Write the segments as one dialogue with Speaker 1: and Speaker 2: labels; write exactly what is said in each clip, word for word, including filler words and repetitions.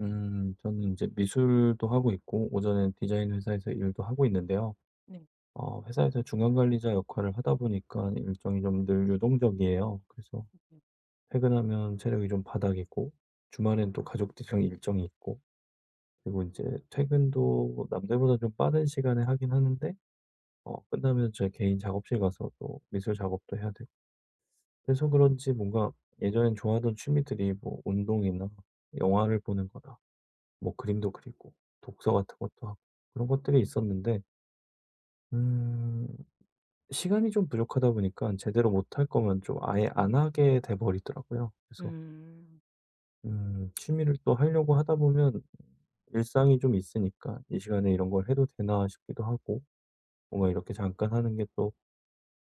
Speaker 1: 음 저는 이제 미술도 하고 있고, 오전엔 디자인 회사에서 일도 하고 있는데요.
Speaker 2: 네.
Speaker 1: 어 회사에서 중간 관리자 역할을 하다 보니까 일정이 좀 늘 유동적이에요. 그래서
Speaker 2: 네.
Speaker 1: 퇴근하면 체력이 좀 바닥이고, 주말엔 또 가족들이랑 일정이 있고, 그리고 이제 퇴근도 남들보다 좀 빠른 시간에 하긴 하는데, 어 끝나면 제 개인 작업실 가서 또 미술 작업도 해야 되고. 그래서 그런지 뭔가 예전엔 좋아하던 취미들이, 뭐 운동이나 영화를 보는 거나, 뭐 그림도 그리고 독서 같은 것도 하고, 그런 것들이 있었는데, 음 시간이 좀 부족하다 보니까 제대로 못 할 거면 좀 아예 안 하게 돼 버리더라고요. 그래서
Speaker 2: 음.
Speaker 1: 음 취미를 또 하려고 하다 보면 일상이 좀 있으니까 '이 시간에 이런 걸 해도 되나?' 싶기도 하고, 뭔가 이렇게 잠깐 하는 게 또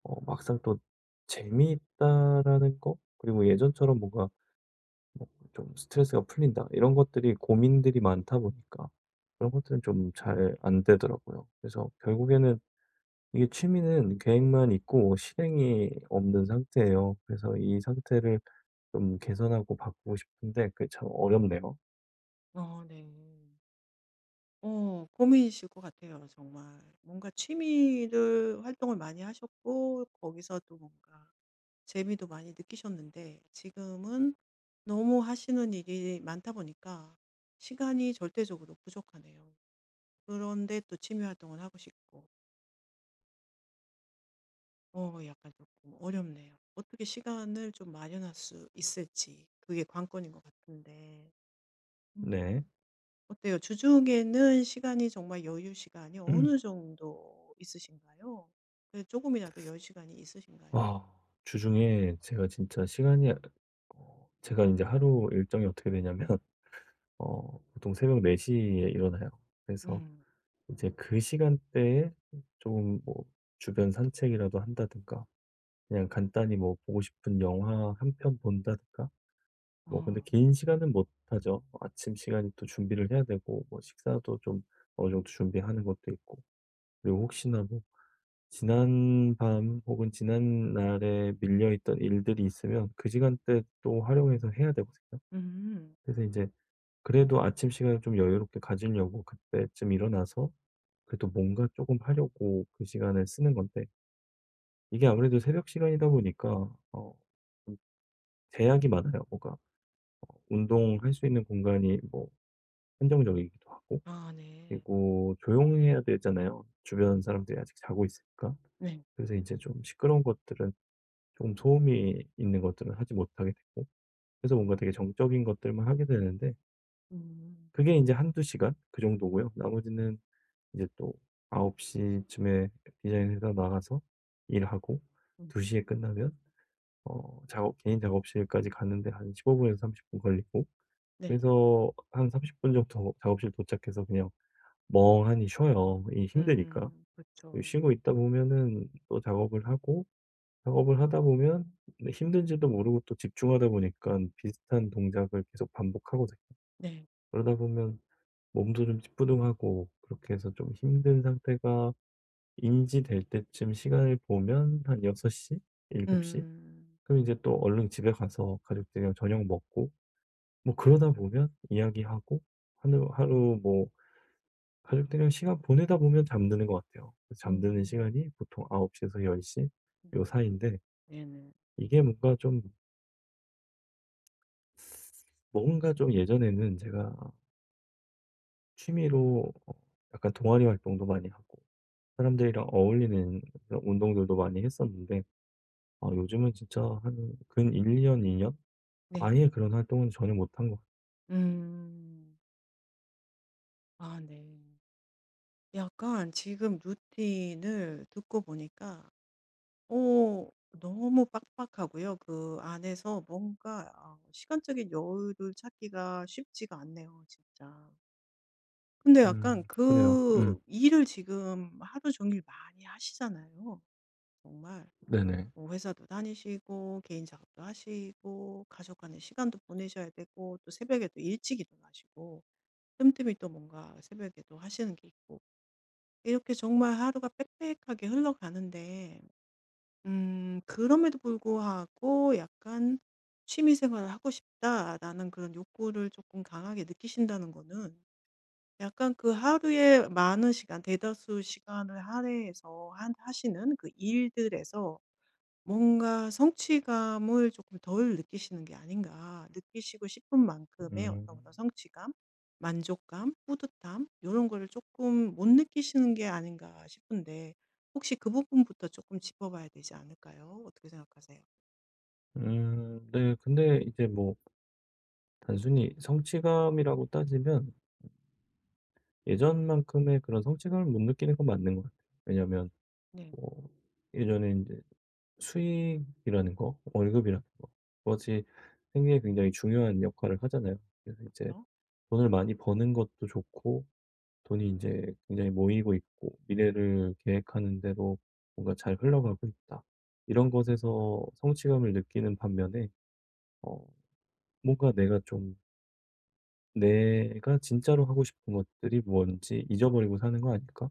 Speaker 1: 어 막상 또 재미있다라는 거, 그리고 예전처럼 뭔가 뭐 좀 스트레스가 풀린다. 이런 것들이, 고민들이 많다 보니까 그런 것들은 좀 잘 안 되더라고요. 그래서 결국에는 이게 취미는 계획만 있고 실행이 없는 상태예요. 그래서 이 상태를 좀 개선하고 바꾸고 싶은데 그게 참 어렵네요.
Speaker 2: 어 네. 어 고민이실 것 같아요, 정말. 뭔가 취미를 활동을 많이 하셨고 거기서 또 뭔가 재미도 많이 느끼셨는데, 지금은 너무 하시는 일이 많다 보니까 시간이 절대적으로 부족하네요. 그런데 또 취미 활동을 하고 싶고 어 약간 조금 어렵네요. 어떻게 시간을 좀 마련할 수 있을지, 그게 관건인 것 같은데.
Speaker 1: 네.
Speaker 2: 음. 어때요? 주중에는 시간이 정말, 여유 시간이 어느 정도 있으신가요? 그 조금이라도 여유 시간이 있으신가요?
Speaker 1: 아, 주중에 제가 진짜 시간이, 어, 제가 이제 하루 일정이 어떻게 되냐면, 어 보통 새벽 네 시에 일어나요. 그래서
Speaker 2: 음.
Speaker 1: 이제 그 시간대에 조금, 뭐 주변 산책이라도 한다든가, 그냥 간단히 뭐 보고 싶은 영화 한 편 본다든가, 뭐 근데
Speaker 2: 어.
Speaker 1: 긴 시간은 못 하죠. 아침 시간이 또 준비를 해야 되고, 뭐 식사도 좀 어느 정도 준비하는 것도 있고, 그리고 혹시나 뭐 지난 밤 혹은 지난 날에 밀려 있던 일들이 있으면 그 시간대 또 활용해서 해야 되거든요.
Speaker 2: 음.
Speaker 1: 그래서 이제 그래도 아침 시간을 좀 여유롭게 가지려고 그때쯤 일어나서, 그래도 뭔가 조금 하려고 그 시간을 쓰는 건데, 이게 아무래도 새벽 시간이다 보니까 어 좀 제약이 많아요, 뭐가. 어 운동할 수 있는 공간이 뭐 한정적이기도 하고,
Speaker 2: 아 네.
Speaker 1: 그리고 조용해야 되잖아요. 주변 사람들이 아직 자고 있으니까.
Speaker 2: 네.
Speaker 1: 그래서 이제 좀 시끄러운 것들은, 조금 소음이 있는 것들은 하지 못하게 되고, 그래서 뭔가 되게 정적인 것들만 하게 되는데,
Speaker 2: 음.
Speaker 1: 그게 이제 한두 시간 그 정도고요. 나머지는 이제 또아홉 시 쯤에 디자인 회사 나가서 일하고,
Speaker 2: 음.
Speaker 1: 두 시에 끝나면 어 작업 개인 작업실까지 가는데 한 십오 에서 삼십 분 걸리고,
Speaker 2: 네.
Speaker 1: 그래서 한 삼십 분 정도 작업실 도착해서 그냥 멍하니 쉬어요, 이 힘드니까.
Speaker 2: 음.
Speaker 1: 그,
Speaker 2: 그쵸.
Speaker 1: 쉬고 있다 보면은 또 작업을 하고, 작업을 하다 보면 힘든지도 모르고 또 집중하다 보니까 비슷한 동작을 계속 반복하거든요.
Speaker 2: 네.
Speaker 1: 그러다 보면 몸도 좀 찌뿌둥하고, 그렇게 해서 좀 힘든 상태가 인지될 때쯤 시간을 보면 한여섯 시, 일곱 시.
Speaker 2: 음.
Speaker 1: 그럼 이제 또 얼른 집에 가서 가족들이랑 저녁 먹고, 뭐 그러다 보면 이야기하고, 하루 하루 뭐 가족들이랑 시간 보내다 보면 잠드는 것 같아요. 잠드는
Speaker 2: 음.
Speaker 1: 시간이 보통 아홉 시에서1 0요 사이인데,
Speaker 2: 네네.
Speaker 1: 이게 뭔가 좀, 뭔가 좀 예전에는 제가 취미로, 어 약간 동아리 활동도 많이 하고 사람들이랑 어울리는 그런 운동들도 많이 했었는데, 아 요즘은 진짜 한 근 한두 해
Speaker 2: 네.
Speaker 1: 아예 그런 활동은 전혀 못한 것 같아요.
Speaker 2: 음. 아 네. 약간 지금 루틴을 듣고 보니까 어 너무 빡빡하고요. 그 안에서 뭔가 아 시간적인 여유를 찾기가 쉽지가 않네요, 진짜. 근데
Speaker 1: 음
Speaker 2: 약간
Speaker 1: 그래요. 음.
Speaker 2: 그 일을 지금 하루 종일 많이 하시잖아요, 정말.
Speaker 1: 네네.
Speaker 2: 뭐 회사도 다니시고 개인 작업도 하시고 가족 간의 시간도 보내셔야 되고, 또 새벽에 또 일찍 일어나시고, 틈틈이 또 뭔가 새벽에 도 하시는 게 있고, 이렇게 정말 하루가 빽빽하게 흘러가는데, 음 그럼에도 불구하고 약간 '취미 생활을 하고 싶다.'라는 그런 욕구를 조금 강하게 느끼신다는 거는, 약간 그 하루에 많은 시간, 대다수 시간을 할애해서 한 하시는 그 일들에서 뭔가 성취감을 조금 덜 느끼시는 게 아닌가. 느끼시고 싶은 만큼의 어떤 그런
Speaker 1: 음.
Speaker 2: 성취감, 만족감, 뿌듯함 이런 거를 조금 못 느끼시는 게 아닌가 싶은데, 혹시 그 부분부터 조금 짚어 봐야 되지 않을까요? 어떻게 생각하세요?
Speaker 1: 음 네, 근데 이제 뭐 단순히 성취감이라고 따지면 예전만큼의 그런 성취감을 못 느끼는 건 맞는 것 같아요. 왜냐면
Speaker 2: 네.
Speaker 1: 뭐, 예전에 이제 수익이라는 거, 월급이라는 거, 그것이 생계에 굉장히 중요한 역할을 하잖아요. 그래서
Speaker 2: 그렇
Speaker 1: 이제
Speaker 2: 죠
Speaker 1: 돈을 많이 버는 것도 좋고, 돈이 이제 굉장히 모이고 있고, 미래를 계획하는 대로 뭔가 잘 흘러가고 있다, 이런 것에서 성취감을 느끼는 반면에, 어 뭔가 내가 좀 '내가 진짜로 하고 싶은 것들이 뭔지 잊어버리고 사는 거 아닐까?'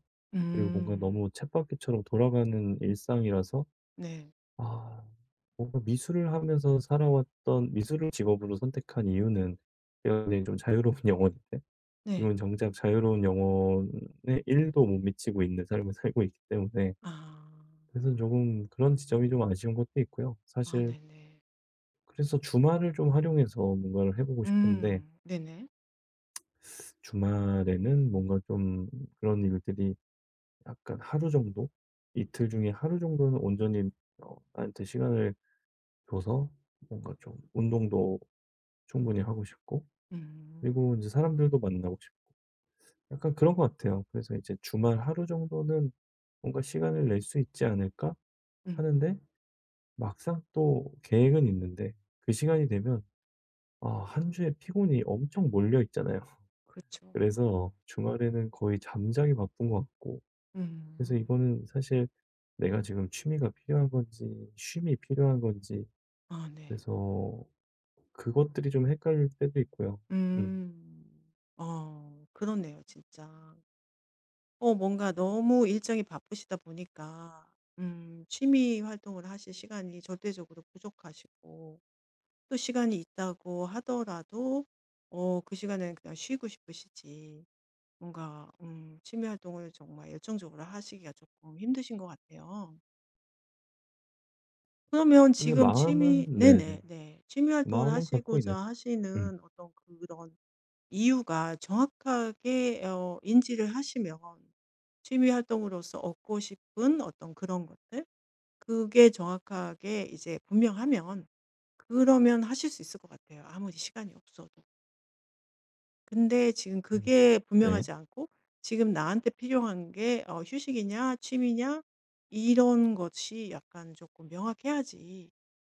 Speaker 1: 그리고 뭔가
Speaker 2: 음.
Speaker 1: 너무 쳇바퀴처럼 돌아가는 일상이라서,
Speaker 2: 네.
Speaker 1: '아, 뭔가 미술을 하면서 살아왔던, 미술을 직업으로 선택한 이유는 굉장히 좀 자유로운 영혼인데'
Speaker 2: 네.
Speaker 1: 이건 정작 자유로운 영혼에 일도 못 미치고 있는 삶을 살고 있기 때문에.
Speaker 2: 아.
Speaker 1: 그래서 조금 그런 지점이 좀 아쉬운 것도 있고요,
Speaker 2: 아
Speaker 1: 사실.
Speaker 2: 네네.
Speaker 1: 그래서 주말을 좀 활용해서 뭔가를 해 보고 싶은데,
Speaker 2: 음. 네네.
Speaker 1: 주말에는 뭔가 좀 그런 일들이, 약간 하루 정도? 이틀 중에 하루 정도는 온전히 어 나한테 시간을 줘서 뭔가 좀 운동도 충분히 하고 싶고,
Speaker 2: 음.
Speaker 1: 그리고 이제 사람들도 만나고 싶고, 약간 그런 것 같아요. 그래서 이제 '주말 하루 정도는 뭔가 시간을 낼 수 있지 않을까?'
Speaker 2: 음.
Speaker 1: 하는데, 막상 또 계획은 있는데 그 시간이 되면, 아 한 주에 피곤이 엄청 몰려 있잖아요.
Speaker 2: 그렇죠.
Speaker 1: 그래서 주말에는 거의 잠자기 바쁜 것 같고, 그래서
Speaker 2: 음.
Speaker 1: 이거는, 사실 내가 지금 취미가 필요한 건지 쉼이 필요한 건지,
Speaker 2: 아 네.
Speaker 1: 그래서 그것들이 좀 헷갈릴 때도 있고요. 음.
Speaker 2: 음. 어 그렇네요, 진짜. 어 뭔가 너무 일정이 바쁘시다 보니까 음 취미 활동을 하실 시간이 절대적으로 부족하시고, 또 시간이 있다고 하더라도 어 그 시간에는 그냥 쉬고 싶으시지 뭔가 음 취미 활동을 정말 열정적으로 하시기가 조금 힘드신 것 같아요. 그러면
Speaker 1: 근데
Speaker 2: 지금
Speaker 1: 마음은,
Speaker 2: 취미, 네네
Speaker 1: 네네.
Speaker 2: 네. 취미 활동을
Speaker 1: 마음은 갖고
Speaker 2: 하시고자
Speaker 1: 있는. 음.
Speaker 2: 하시는 어떤 그런 이유가 정확하게 어 인지를 하시면, 취미 활동으로서 얻고 싶은 어떤 그런 것들, 그게 정확하게 이제 분명하면 그러면 하실 수 있을 것 같아요, 아무리 시간이 없어도. 근데 지금
Speaker 1: 음.
Speaker 2: 그게
Speaker 1: 네.
Speaker 2: 분명하지 않고, 지금 나한테 필요한 게 어 휴식이냐 취미냐, 이런 것이 약간 조금 명확해야지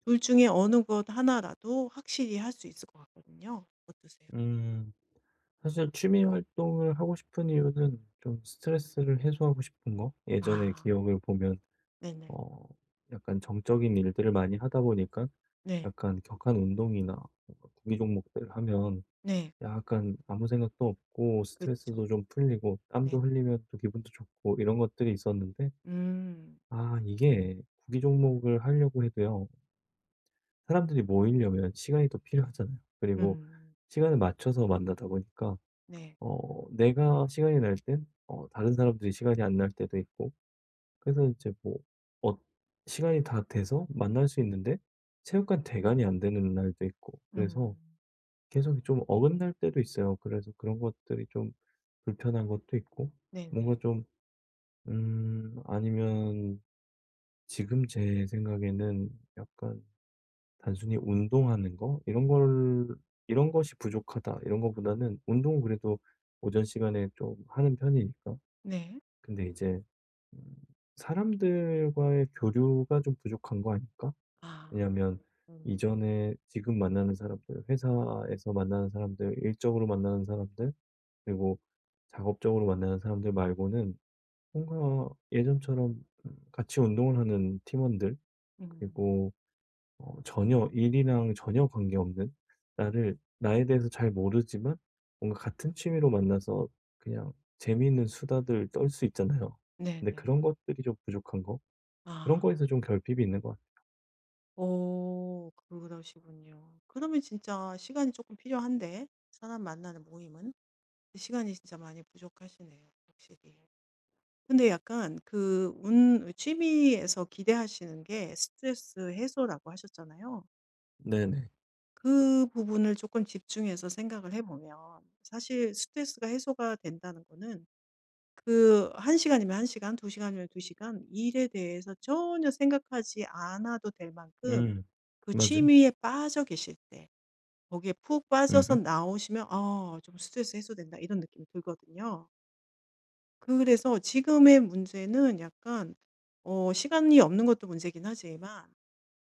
Speaker 2: 둘 중에 어느 것 하나라도 확실히 할 수 있을 것 같거든요. 어떠세요?
Speaker 1: 음. 사실 취미 활동을 하고 싶은 이유는 좀 스트레스를 해소하고 싶은 거. 예전의
Speaker 2: 아
Speaker 1: 기억을 보면
Speaker 2: 네네.
Speaker 1: 어 약간 정적인 일들을 많이 하다 보니까,
Speaker 2: 네.
Speaker 1: 약간 격한 운동이나 뭔가 구기 종목들 하면
Speaker 2: 네.
Speaker 1: 약간 아무 생각도 없고
Speaker 2: 그쵸.
Speaker 1: 스트레스도 좀 풀리고 땀도
Speaker 2: 네네.
Speaker 1: 흘리면 또 기분도 좋고, 이런 것들이 있었는데.
Speaker 2: 음.
Speaker 1: 아 이게 구기 종목을 하려고 해도요, 사람들이 모이려면 시간이 또 필요하잖아요. 그리고
Speaker 2: 음.
Speaker 1: 시간을 맞춰서 만나다 보니까,
Speaker 2: 네.
Speaker 1: 어 내가 시간이 날 땐 어 다른 사람들이 시간이 안 날 때도 있고, 그래서 이제 뭐 어 시간이 다 돼서 만날 수 있는데 체육관 대관이 안 되는 날도 있고, 그래서
Speaker 2: 음.
Speaker 1: 계속 좀 어긋날 때도 있어요. 그래서 그런 것들이 좀 불편한 것도 있고, 뭔가
Speaker 2: 네네.
Speaker 1: 좀, 음 아니면 지금 제 생각에는, 약간 단순히 운동하는 거 이런 걸, '이런 것이 부족하다.' 이런 것보다는, 운동은 그래도 오전 시간에 좀 하는 편이니까.
Speaker 2: 네.
Speaker 1: 근데 이제 음 사람들과의 교류가 좀 부족한 거 아닐까?
Speaker 2: 아.
Speaker 1: 왜냐면
Speaker 2: 음.
Speaker 1: 이전에, 지금 만나는 사람들, 회사에서 만나는 사람들, 일적으로 만나는 사람들, 그리고 작업적으로 만나는 사람들 말고는, 뭔가 예전처럼 음 같이 운동을 하는 팀원들,
Speaker 2: 음.
Speaker 1: 그리고 어 전혀 일이랑 전혀 관계없는, 나를, 나에 대해서 잘 모르지만 뭔가 같은 취미로 만나서 그냥 재미있는 수다들 떨 수 있잖아요. 근데
Speaker 2: 네네.
Speaker 1: 그런 것들이 좀 부족한 거? 그런
Speaker 2: 아.
Speaker 1: 거에서 좀 결핍이 있는 것 같아요.
Speaker 2: 오, 그러시군요. 그러면 진짜 시간이 조금 필요한데 사람 만나는 모임은? 시간이 진짜 많이 부족하시네요, 확실히. 근데 약간 그 운 취미에서 기대하시는 게 스트레스 해소라고 하셨잖아요.
Speaker 1: 네네.
Speaker 2: 그 부분을 조금 집중해서 생각을 해 보면, 사실 스트레스가 해소가 된다는 거는 그 한 시간이면 한 시간, 두 시간이면 두 시간 일에 대해서 전혀 생각하지 않아도 될 만큼
Speaker 1: 음.
Speaker 2: 그
Speaker 1: 맞아요.
Speaker 2: 취미에 빠져 계실 때, 거기에 푹 빠져서
Speaker 1: 음음.
Speaker 2: 나오시면 '아 좀 스트레스 해소된다.' 이런 느낌이 들거든요. 그래서 지금의 문제는 약간 어 시간이 없는 것도 문제긴 하지만,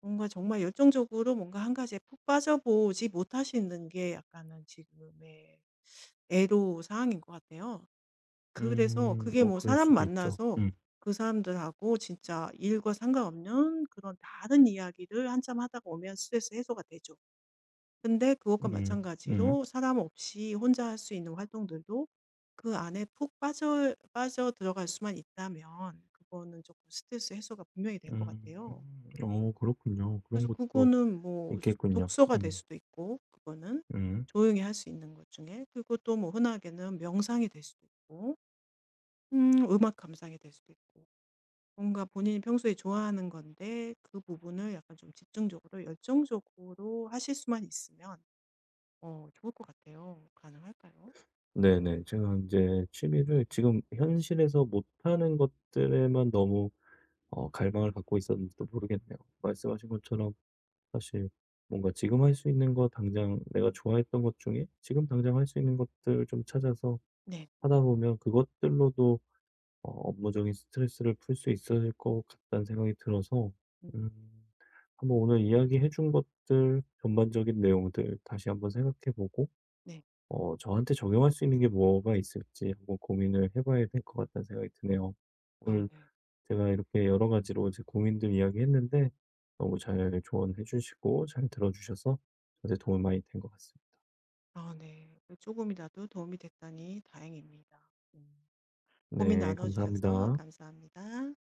Speaker 2: 뭔가 정말 열정적으로 뭔가 한 가지에 푹 빠져보지 못하시는 게 약간은 지금의 애로사항인 것 같아요. 그래서
Speaker 1: 음.
Speaker 2: 그게
Speaker 1: 뭐
Speaker 2: 뭐
Speaker 1: 그럴
Speaker 2: 사람
Speaker 1: 수도 있죠.
Speaker 2: 만나서
Speaker 1: 음.
Speaker 2: 그 사람들하고 진짜 일과 상관없는 그런 다른 이야기를 한참 하다가 오면 스트레스 해소가 되죠. 근데 그것과
Speaker 1: 음. 음.
Speaker 2: 마찬가지로 사람 없이 혼자 할 수 있는 활동들도 그 안에 푹 빠져 빠져들어갈 수만 있다면 그거는 조금 스트레스 해소가 분명히 될 것
Speaker 1: 음.
Speaker 2: 같아요.
Speaker 1: 어, 그렇군요. 그런
Speaker 2: 그래서
Speaker 1: 것도
Speaker 2: 그거는 뭐 수
Speaker 1: 있겠군요.
Speaker 2: 독서가 될
Speaker 1: 음.
Speaker 2: 수도 있고, 그거는
Speaker 1: 음.
Speaker 2: 조용히 할 수 있는 것 중에. 그리고 또 뭐 흔하게는 명상이 될 수도 있고 음 음악 감상이 될 수도 있고, 뭔가 본인이 평소에 좋아하는 건데 그 부분을 약간 좀 집중적으로 열정적으로 하실 수만 있으면 어 좋을 것 같아요. 가능할까요?
Speaker 1: 네네. 제가 이제 취미를 지금 현실에서 못하는 것들에만 너무 어 갈망을 갖고 있었는지도 모르겠네요. 말씀하신 것처럼 사실 뭔가 지금 할 수 있는 거, 당장 내가 좋아했던 것 중에 지금 당장 할 수 있는 것들 좀 찾아서
Speaker 2: 네.
Speaker 1: 하다 보면 그것들로도 어 업무적인 스트레스를 풀 수 있을 것 같다는 생각이 들어서,
Speaker 2: 음
Speaker 1: 음 한번 오늘 이야기해 준 것들 전반적인 내용들 다시 한번 생각해 보고
Speaker 2: 네.
Speaker 1: 어 저한테 적용할 수 있는 게 뭐가 있을지 한번 고민을 해 봐야 될 것 같다는 생각이 드네요.
Speaker 2: 아
Speaker 1: 오늘
Speaker 2: 네.
Speaker 1: 제가 이렇게 여러 가지로 제 고민들 이야기했는데 너무 잘 조언해 주시고 잘 들어 주셔서 저한테 도움이 많이 된 것 같습니다.
Speaker 2: 아 네. 조금이라도 도움이 됐다니 다행입니다. 음. 고민
Speaker 1: 네,
Speaker 2: 나눠 주셔서
Speaker 1: 감사합니다.
Speaker 2: 감사합니다.